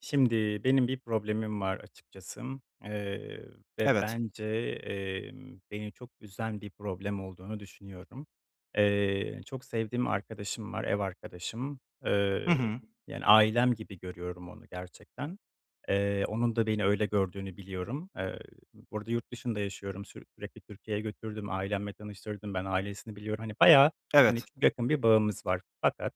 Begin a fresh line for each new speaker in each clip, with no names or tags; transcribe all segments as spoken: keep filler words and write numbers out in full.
Şimdi benim bir problemim var açıkçası, eee, ve
Evet.
bence, emm, beni çok üzen bir problem olduğunu düşünüyorum. Eee, çok sevdiğim arkadaşım var, ev arkadaşım.
Hı
Eee,
hı.
Yani ailem gibi görüyorum onu gerçekten. Eee, onun da beni öyle gördüğünü biliyorum. Eee, bu yurt dışında yaşıyorum. Sür sürekli Türkiye'ye götürdüm, ailemle tanıştırdım. Ben ailesini biliyorum. Hani bayağı, hani,
Evet.
çok yakın bir bağımız var. Fakat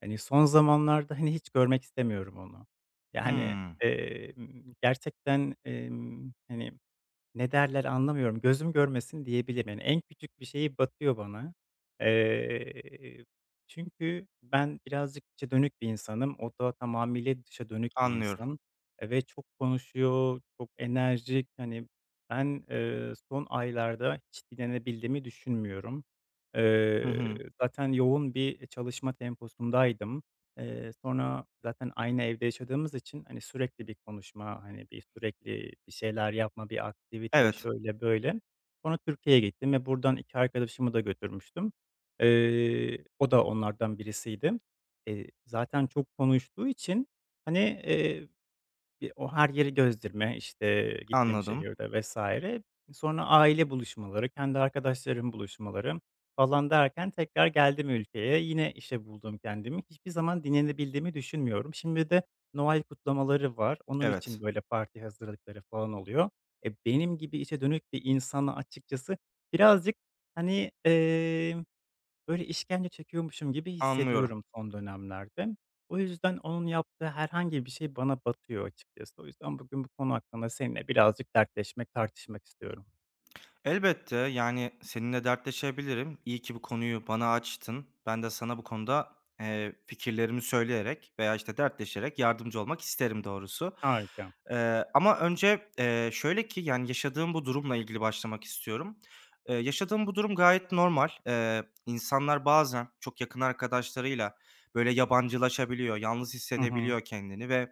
hani, son zamanlarda, hani, hiç görmek istemiyorum onu. Yani,
Hımm.
emm, gerçekten, emm, hani ne derler anlamıyorum, gözüm görmesin diyebilirim. Yani en küçük bir şeyi batıyor bana. Eee, Çünkü ben birazcık içe dönük bir insanım. O da tamamıyla dışa dönük bir
Anlıyorum.
insan, eee, ve çok konuşuyor, çok enerjik. Hani, ben, eee, son aylarda hiç dinlenebildiğimi düşünmüyorum.
Hı hı.
Eee, zaten yoğun bir çalışma temposundaydım. Eee, sonra zaten aynı evde yaşadığımız için, hani, sürekli bir konuşma, hani, bir sürekli bir şeyler yapma, bir aktivite,
Evet.
şöyle böyle. Sonra Türkiye'ye gittim ve buradan iki arkadaşımı da götürmüştüm. Eee, o da onlardan birisiydi. Eee, zaten çok konuştuğu için, hani, bir o her yeri gezdirme, işte, gittiğim
Anladım.
şehirde vesaire. Sonra aile buluşmaları, kendi arkadaşlarım buluşmaları falan derken tekrar geldim ülkeye. Yine işe buldum kendimi. Hiçbir zaman dinlenebildiğimi düşünmüyorum. Şimdi de Noel kutlamaları var. Onun
Evet.
için, böyle, parti hazırlıkları falan oluyor. E, benim gibi içe dönük bir insana açıkçası birazcık, hani, böyle, işkence çekiyormuşum gibi
Anlıyorum.
hissediyorum son dönemlerde. O yüzden onun yaptığı herhangi bir şey bana batıyor açıkçası. O yüzden bugün bu konu hakkında seninle birazcık dertleşmek, tartışmak istiyorum.
Elbette, yani, seninle dertleşebilirim. İyi ki bu konuyu bana açtın. Ben de sana bu konuda, eee, fikirlerimi söyleyerek veya, işte, dertleşerek yardımcı olmak isterim doğrusu.
Harika.
Eee, ama önce, eee, şöyle ki, yani, yaşadığım bu durumla ilgili başlamak istiyorum. Eee, yaşadığım bu durum gayet normal. Eee, insanlar bazen çok yakın arkadaşlarıyla, böyle, yabancılaşabiliyor, yalnız
Hı hı.
hissedebiliyor kendini ve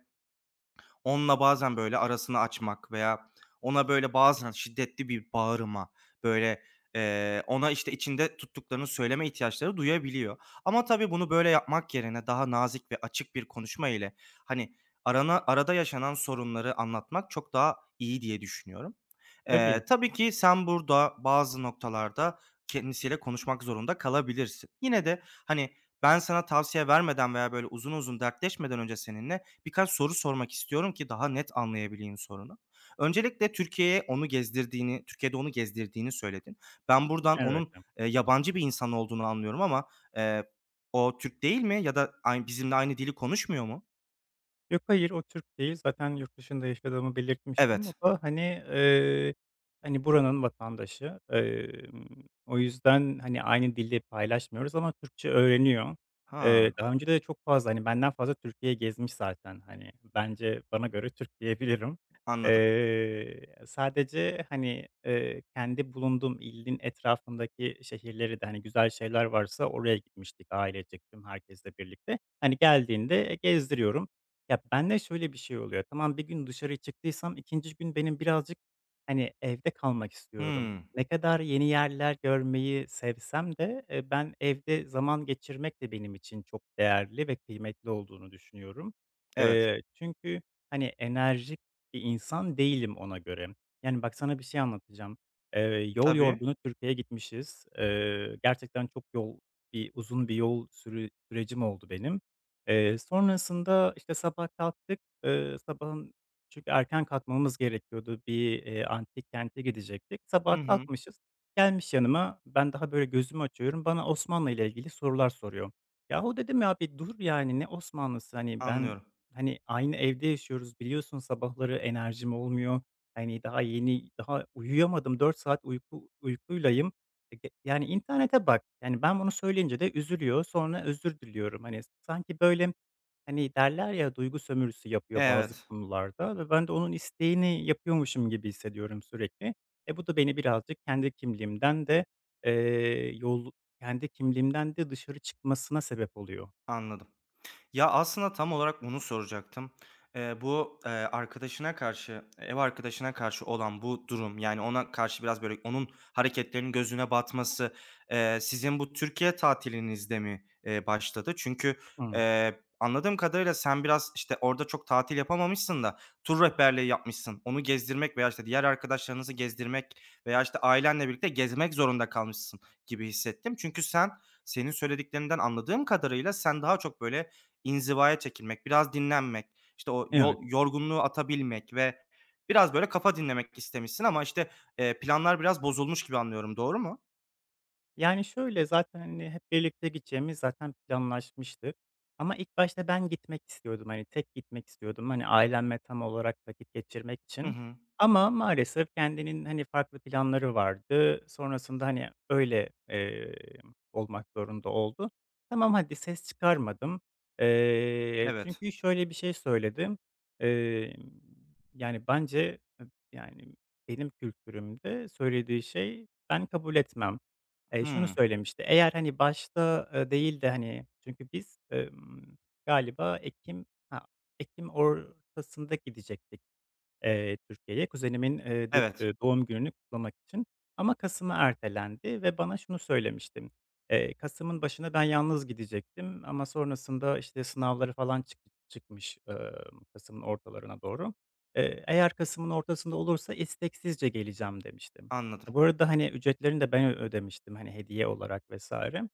onunla bazen, böyle, arasını açmak veya ona, böyle, bazen şiddetli bir bağırma, böyle, eee, ona, işte, içinde tuttuklarını söyleme ihtiyaçları duyabiliyor. Ama tabii bunu böyle yapmak yerine daha nazik ve açık bir konuşma ile, hani, arana arada yaşanan sorunları anlatmak çok daha iyi diye düşünüyorum.
Tabii,
Eee, tabii ki sen burada bazı noktalarda kendisiyle konuşmak zorunda kalabilirsin. Yine de, hani, ben sana tavsiye vermeden veya, böyle, uzun uzun dertleşmeden önce seninle birkaç soru sormak istiyorum ki daha net anlayabileyim sorunu. Öncelikle Türkiye'ye onu gezdirdiğini, Türkiye'de onu gezdirdiğini söyledin. Ben buradan
evet.
onun, eee, yabancı bir insan olduğunu anlıyorum ama, eee, o Türk değil mi ya da ay bizimle aynı dili konuşmuyor mu?
Yok, hayır, o Türk değil. Zaten yurt dışında yaşadığımı belirtmiştim. O
Evet.
da, hani, eee, hani, buranın vatandaşı. Emm, o yüzden, hani, aynı dili paylaşmıyoruz ama Türkçe öğreniyor. Eee,
Ha,
daha önce de çok fazla, hani, benden fazla Türkiye gezmiş zaten. Hani, bence bana göre Türk diyebilirim.
anladım.
Eee, sadece, hani, eee, kendi bulunduğum ilin etrafındaki şehirleri de, hani, güzel şeyler varsa oraya gitmiştik ailecek tüm herkesle birlikte. Hani, geldiğinde, gezdiriyorum. Ya, bende şöyle bir şey oluyor. Tamam, bir gün dışarı çıktıysam ikinci gün benim birazcık, hani, evde kalmak istiyorum.
Hımm.
Ne kadar yeni yerler görmeyi sevsem de, eee, ben evde zaman geçirmek de benim için çok değerli ve kıymetli olduğunu düşünüyorum.
Evet.
Eee, çünkü, hani, enerjik bir insan değilim ona göre. Yani, bak sana bir şey anlatacağım. Eee, yol
Tabii.
yorgunu Türkiye'ye gitmişiz. Eee, gerçekten çok yol bir uzun bir yol sürü sürecim oldu benim. Eee, sonrasında, işte, sabah kalktık. Eee, sabahın Çünkü erken kalkmamız gerekiyordu. Bir, eee, antik kente gidecektik. Sabah
Hı hı.
kalkmışız, gelmiş yanıma. Ben daha böyle gözümü açıyorum. Bana Osmanlı ile ilgili sorular soruyor. Yahu dedim ya, bir dur yani, ne Osmanlısı? Hani ben,
Anlıyorum.
hani, aynı evde yaşıyoruz, biliyorsun sabahları enerjim olmuyor. Hani daha yeni, daha uyuyamadım. Dört saat uyku uykuylayım. Ege yani, internete bak. Yani, ben bunu söyleyince de üzülüyor, sonra özür diliyorum. Hani, sanki, böyle, hani, derler ya, duygu sömürüsü yapıyor bazı
Evet,
konularda ve ben de onun isteğini yapıyormuşum gibi hissediyorum sürekli. E, bu da beni birazcık kendi kimliğimden de, eee, yol kendi kimliğimden de dışarı çıkmasına sebep oluyor.
anladım. Ya, aslında tam olarak bunu soracaktım. Eee, bu, eee, arkadaşına karşı, ev arkadaşına karşı olan bu durum, yani, ona karşı biraz, böyle, onun hareketlerinin gözüne batması, eee, sizin bu Türkiye tatilinizde mi, eee, başladı? Çünkü,
Hımm.
eee, anladığım kadarıyla sen biraz, işte, orada çok tatil yapamamışsın da tur rehberliği yapmışsın. Onu gezdirmek veya, işte, diğer arkadaşlarınızı gezdirmek veya, işte, ailenle birlikte gezmek zorunda kalmışsın gibi hissettim. Çünkü sen, senin söylediklerinden anladığım kadarıyla sen daha çok, böyle, İnzivaya çekilmek, biraz dinlenmek, işte, o
Evet.
yol yorgunluğu atabilmek ve biraz, böyle, kafa dinlemek istemişsin ama, işte, eee, planlar biraz bozulmuş gibi anlıyorum, doğru mu?
Yani, şöyle, zaten, hani, hep birlikte gideceğimiz zaten planlaşmıştı ama ilk başta ben gitmek istiyordum, hani, tek gitmek istiyordum, hani, ailemle tam olarak vakit geçirmek
Hı
için
hı.
ama maalesef kendinin, hani, farklı planları vardı. Sonrasında, hani, öyle, eee, olmak zorunda oldu. Tamam, hadi ses çıkarmadım. Eee,
Evet.
çünkü şöyle bir şey söyledim. Emm, Yani, bence, eb yani, benim kültürümde söylediği şey ben kabul etmem. Eee, şunu
Hımm.
söylemişti, eğer, hani, başta, eee, değil de, hani, çünkü biz, emm, galiba ekim ha, ekim ortasında gidecektik. Eee, Türkiye'ye kuzenimin, eee, dü
Evet.
eee, doğum gününü kutlamak için ama kasıma ertelendi ve bana şunu söylemişti: Eee, kasımın başına ben yalnız gidecektim ama sonrasında, işte, sınavları falan çık çıkmış, ımm, kasımın ortalarına doğru. Eee, eğer kasımın ortasında olursa isteksizce geleceğim demiştim.
Anladım.
E, bu arada, hani, ücretlerini de ben ö ödemiştim, hani, hediye olarak vesaire.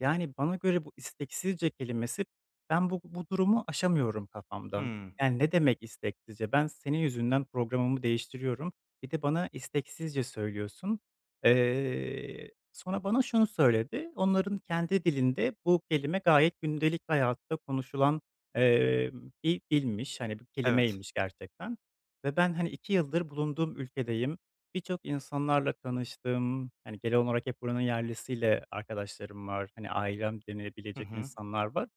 Yani, bana göre bu isteksizce kelimesi ben bu bu durumu aşamıyorum kafamdan.
Hımm.
Yani, ne demek isteksizce? Ben senin yüzünden programımı değiştiriyorum. Bir de bana isteksizce söylüyorsun. Eee, sonra bana şunu söyledi. Onların kendi dilinde bu kelime gayet gündelik hayatta konuşulan, emm, bir dilmiş, hani, bir
Evet.
kelimeymiş gerçekten ve ben, hani, iki yıldır bulunduğum ülkedeyim. Birçok insanlarla tanıştım. Hani, genel olarak hep buranın yerlisiyle arkadaşlarım var. Hani, ailem
Hı
denilebilecek
hı.
insanlar var.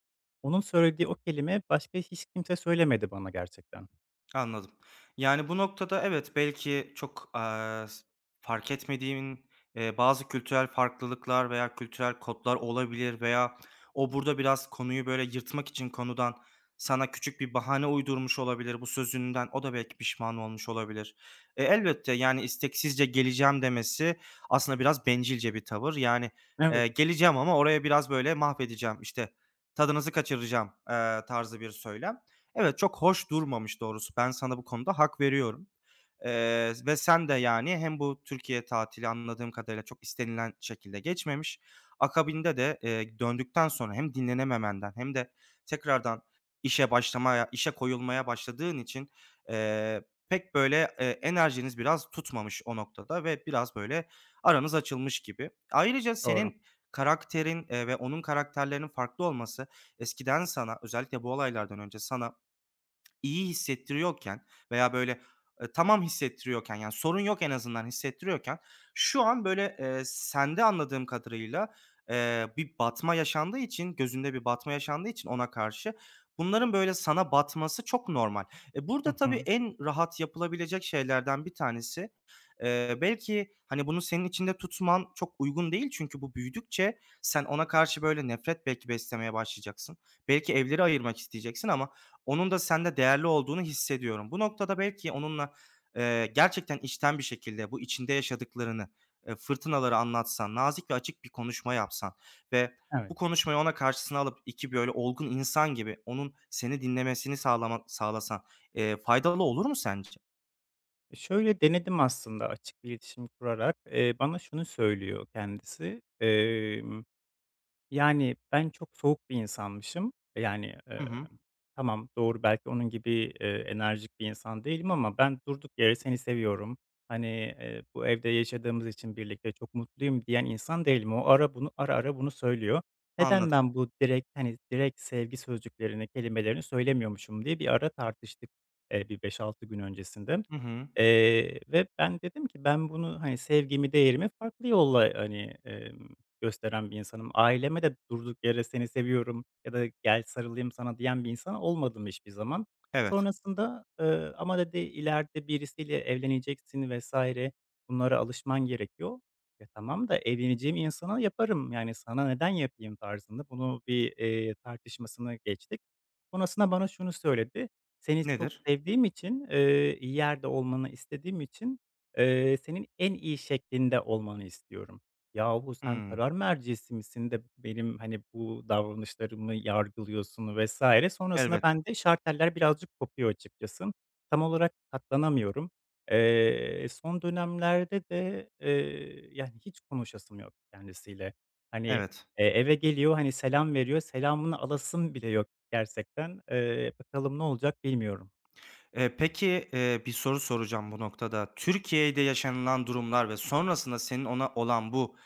Onun söylediği o kelime başka hiç kimse söylemedi bana gerçekten.
Anladım. Yani, bu noktada evet, belki çok, aaa, s fark etmediğin, eee, bazı kültürel farklılıklar veya kültürel kodlar olabilir veya o burada biraz konuyu böyle yırtmak için konudan sana küçük bir bahane uydurmuş olabilir bu sözünden. O da belki pişman olmuş olabilir. E, elbette, yani, isteksizce geleceğim demesi aslında biraz bencilce bir tavır. Yani,
Evet,
eee, geleceğim ama oraya biraz böyle mahvedeceğim, işte, tadınızı kaçıracağım, eee, tarzı bir söylem. Evet, çok hoş durmamış doğrusu. Ben sana bu konuda hak veriyorum. Eee, ve sen de, yani, hem bu Türkiye tatili anladığım kadarıyla çok istenilen şekilde geçmemiş. Akabinde de, eee, döndükten sonra hem dinlenememenden hem de tekrardan işe başlamaya, işe koyulmaya başladığın için, eee, pek böyle, eee, enerjiniz biraz tutmamış o noktada ve biraz böyle aranız açılmış gibi. Ayrıca
doğru.
senin karakterin, eee, ve onun karakterlerinin farklı olması eskiden sana, özellikle bu olaylardan önce sana iyi hissettiriyorken veya böyle, eee, tamam hissettiriyorken, yani, sorun yok en azından hissettiriyorken şu an böyle, eee, sende anladığım kadarıyla, eee, bir batma yaşandığı için, gözünde bir batma yaşandığı için ona karşı bunların böyle sana batması çok normal. E,
Hı
burada tabii
hı.
en rahat yapılabilecek şeylerden bir tanesi, eee, belki, hani, bunu senin içinde tutman çok uygun değil çünkü bu büyüdükçe sen ona karşı böyle nefret belki beslemeye başlayacaksın. Belki evleri ayırmak isteyeceksin ama onun da sende değerli olduğunu hissediyorum. Bu noktada belki onunla, eee, gerçekten içten bir şekilde bu içinde yaşadıklarını, eee, fırtınaları anlatsan, nazik ve açık bir konuşma yapsan ve
Evet.
bu konuşmayı ona karşısına alıp iki böyle olgun insan gibi onun seni dinlemesini sağlama sağlasan, eee, faydalı olur mu sence?
E, şöyle denedim aslında açık bir iletişim kurarak. Eee, bana şunu söylüyor kendisi. Yani, ben çok soğuk bir insanmışım. Yani,
Hı
eee,
hı.
tamam, doğru, belki onun gibi, eee, enerjik bir insan değilim ama ben durduk yere seni seviyorum, hani, eee, bu evde yaşadığımız için birlikte çok mutluyum diyen insan değilim. O ara bunu ara ara bunu söylüyor. Neden
Anladım.
ben bu direkt, hani, direkt sevgi sözcüklerini, kelimelerini söylemiyormuşum diye bir ara tartıştık, eee, bir beş altı gün öncesinde.
Hı hı.
Eee, ve ben dedim ki ben bunu, hani, sevgimi, değerimi farklı yolla, hani, gösteren bir insanım. Aileme de durduk yere seni seviyorum ya da gel sarılayım sana diyen bir insan olmadım hiçbir zaman.
Evet.
Sonrasında, eee, ama dedi ileride birisiyle evleneceksin vesaire bunlara alışman gerekiyor. Ya tamam da evleneceğim insana yaparım, yani sana neden yapayım tarzında bunu bir, eee, tartışmasını geçtik. Sonrasında bana şunu söyledi. Seni çok
Nedir?
sevdiğim için, eee, iyi yerde olmanı istediğim için, eee, senin en iyi şeklinde olmanı istiyorum. Yahu sen
Hımm.
karar mercisi misin de benim, hani, bu davranışlarımı yargılıyorsun vesaire. Sonrasında
Elbette.
bende şarteller birazcık kopuyor açıkçası. Tam olarak katlanamıyorum. Eee, son dönemlerde de, eee, yani, hiç konuşasım yok kendisiyle. Hani,
Evet.
eee, eve geliyor, hani, selam veriyor, selamını alasım bile yok gerçekten. Eee, bakalım ne olacak bilmiyorum.
Eee, peki, eee, bir soru soracağım bu noktada. Türkiye'de yaşanılan durumlar ve sonrasında senin ona olan bu,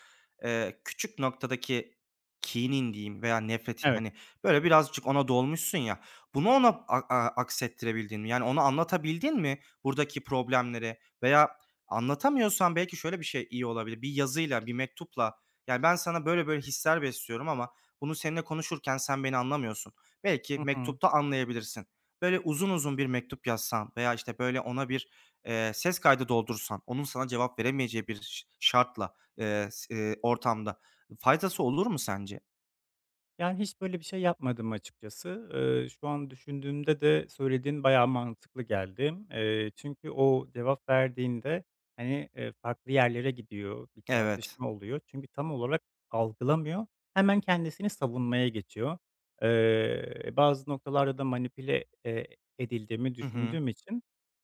eee, küçük noktadaki kinin diyeyim veya nefretin,
Evet.
hani, böyle birazcık ona dolmuşsun ya, bunu ona a a aksettirebildin mi? Yani ona anlatabildin mi buradaki problemleri veya anlatamıyorsan belki şöyle bir şey iyi olabilir. Bir yazıyla, bir mektupla, yani, "Ben sana böyle böyle hisler besliyorum ama bunu seninle konuşurken sen beni anlamıyorsun." Belki
Hı hı.
mektupta anlayabilirsin. Böyle uzun uzun bir mektup yazsan veya, işte, böyle, ona bir, eee, ses kaydı doldursan, onun sana cevap veremeyeceği bir ş şartla, eee, s eee, ortamda faydası olur mu sence?
Yani, hiç böyle bir şey yapmadım açıkçası. Eee, şu an düşündüğümde de söylediğin bayağı mantıklı geldi. Eee, çünkü o cevap verdiğinde, hani, eee, farklı yerlere gidiyor, bir
Evet.
tartışma oluyor. Çünkü tam olarak algılamıyor, hemen kendisini savunmaya geçiyor. Eee, bazı noktalarda da manipüle, eee, edildiğimi
Hı hı.
düşündüğüm için,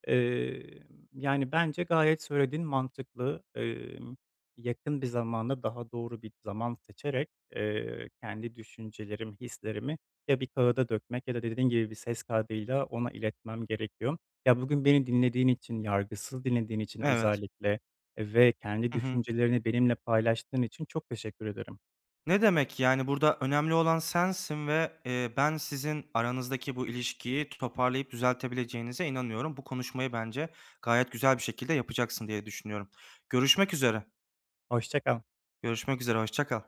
emm, yani, bence gayet söylediğin mantıklı. Emm, yakın bir zamanda daha doğru bir zaman seçerek, Eee, kendi düşüncelerimi, hislerimi ya bir kağıda dökmek ya da dediğin gibi bir ses kaydıyla ona iletmem gerekiyor. Ya, bugün beni dinlediğin için, yargısız dinlediğin için
Evet.
özellikle e, ve kendi
Hı hı.
düşüncelerini benimle paylaştığın için çok teşekkür ederim.
Ne demek, yani, burada önemli olan sensin ve, eee, ben sizin aranızdaki bu ilişkiyi toparlayıp düzeltebileceğinize inanıyorum. Bu konuşmayı bence gayet güzel bir şekilde yapacaksın diye düşünüyorum. Görüşmek üzere.
Hoşça kal.
Görüşmek üzere, hoşça kal.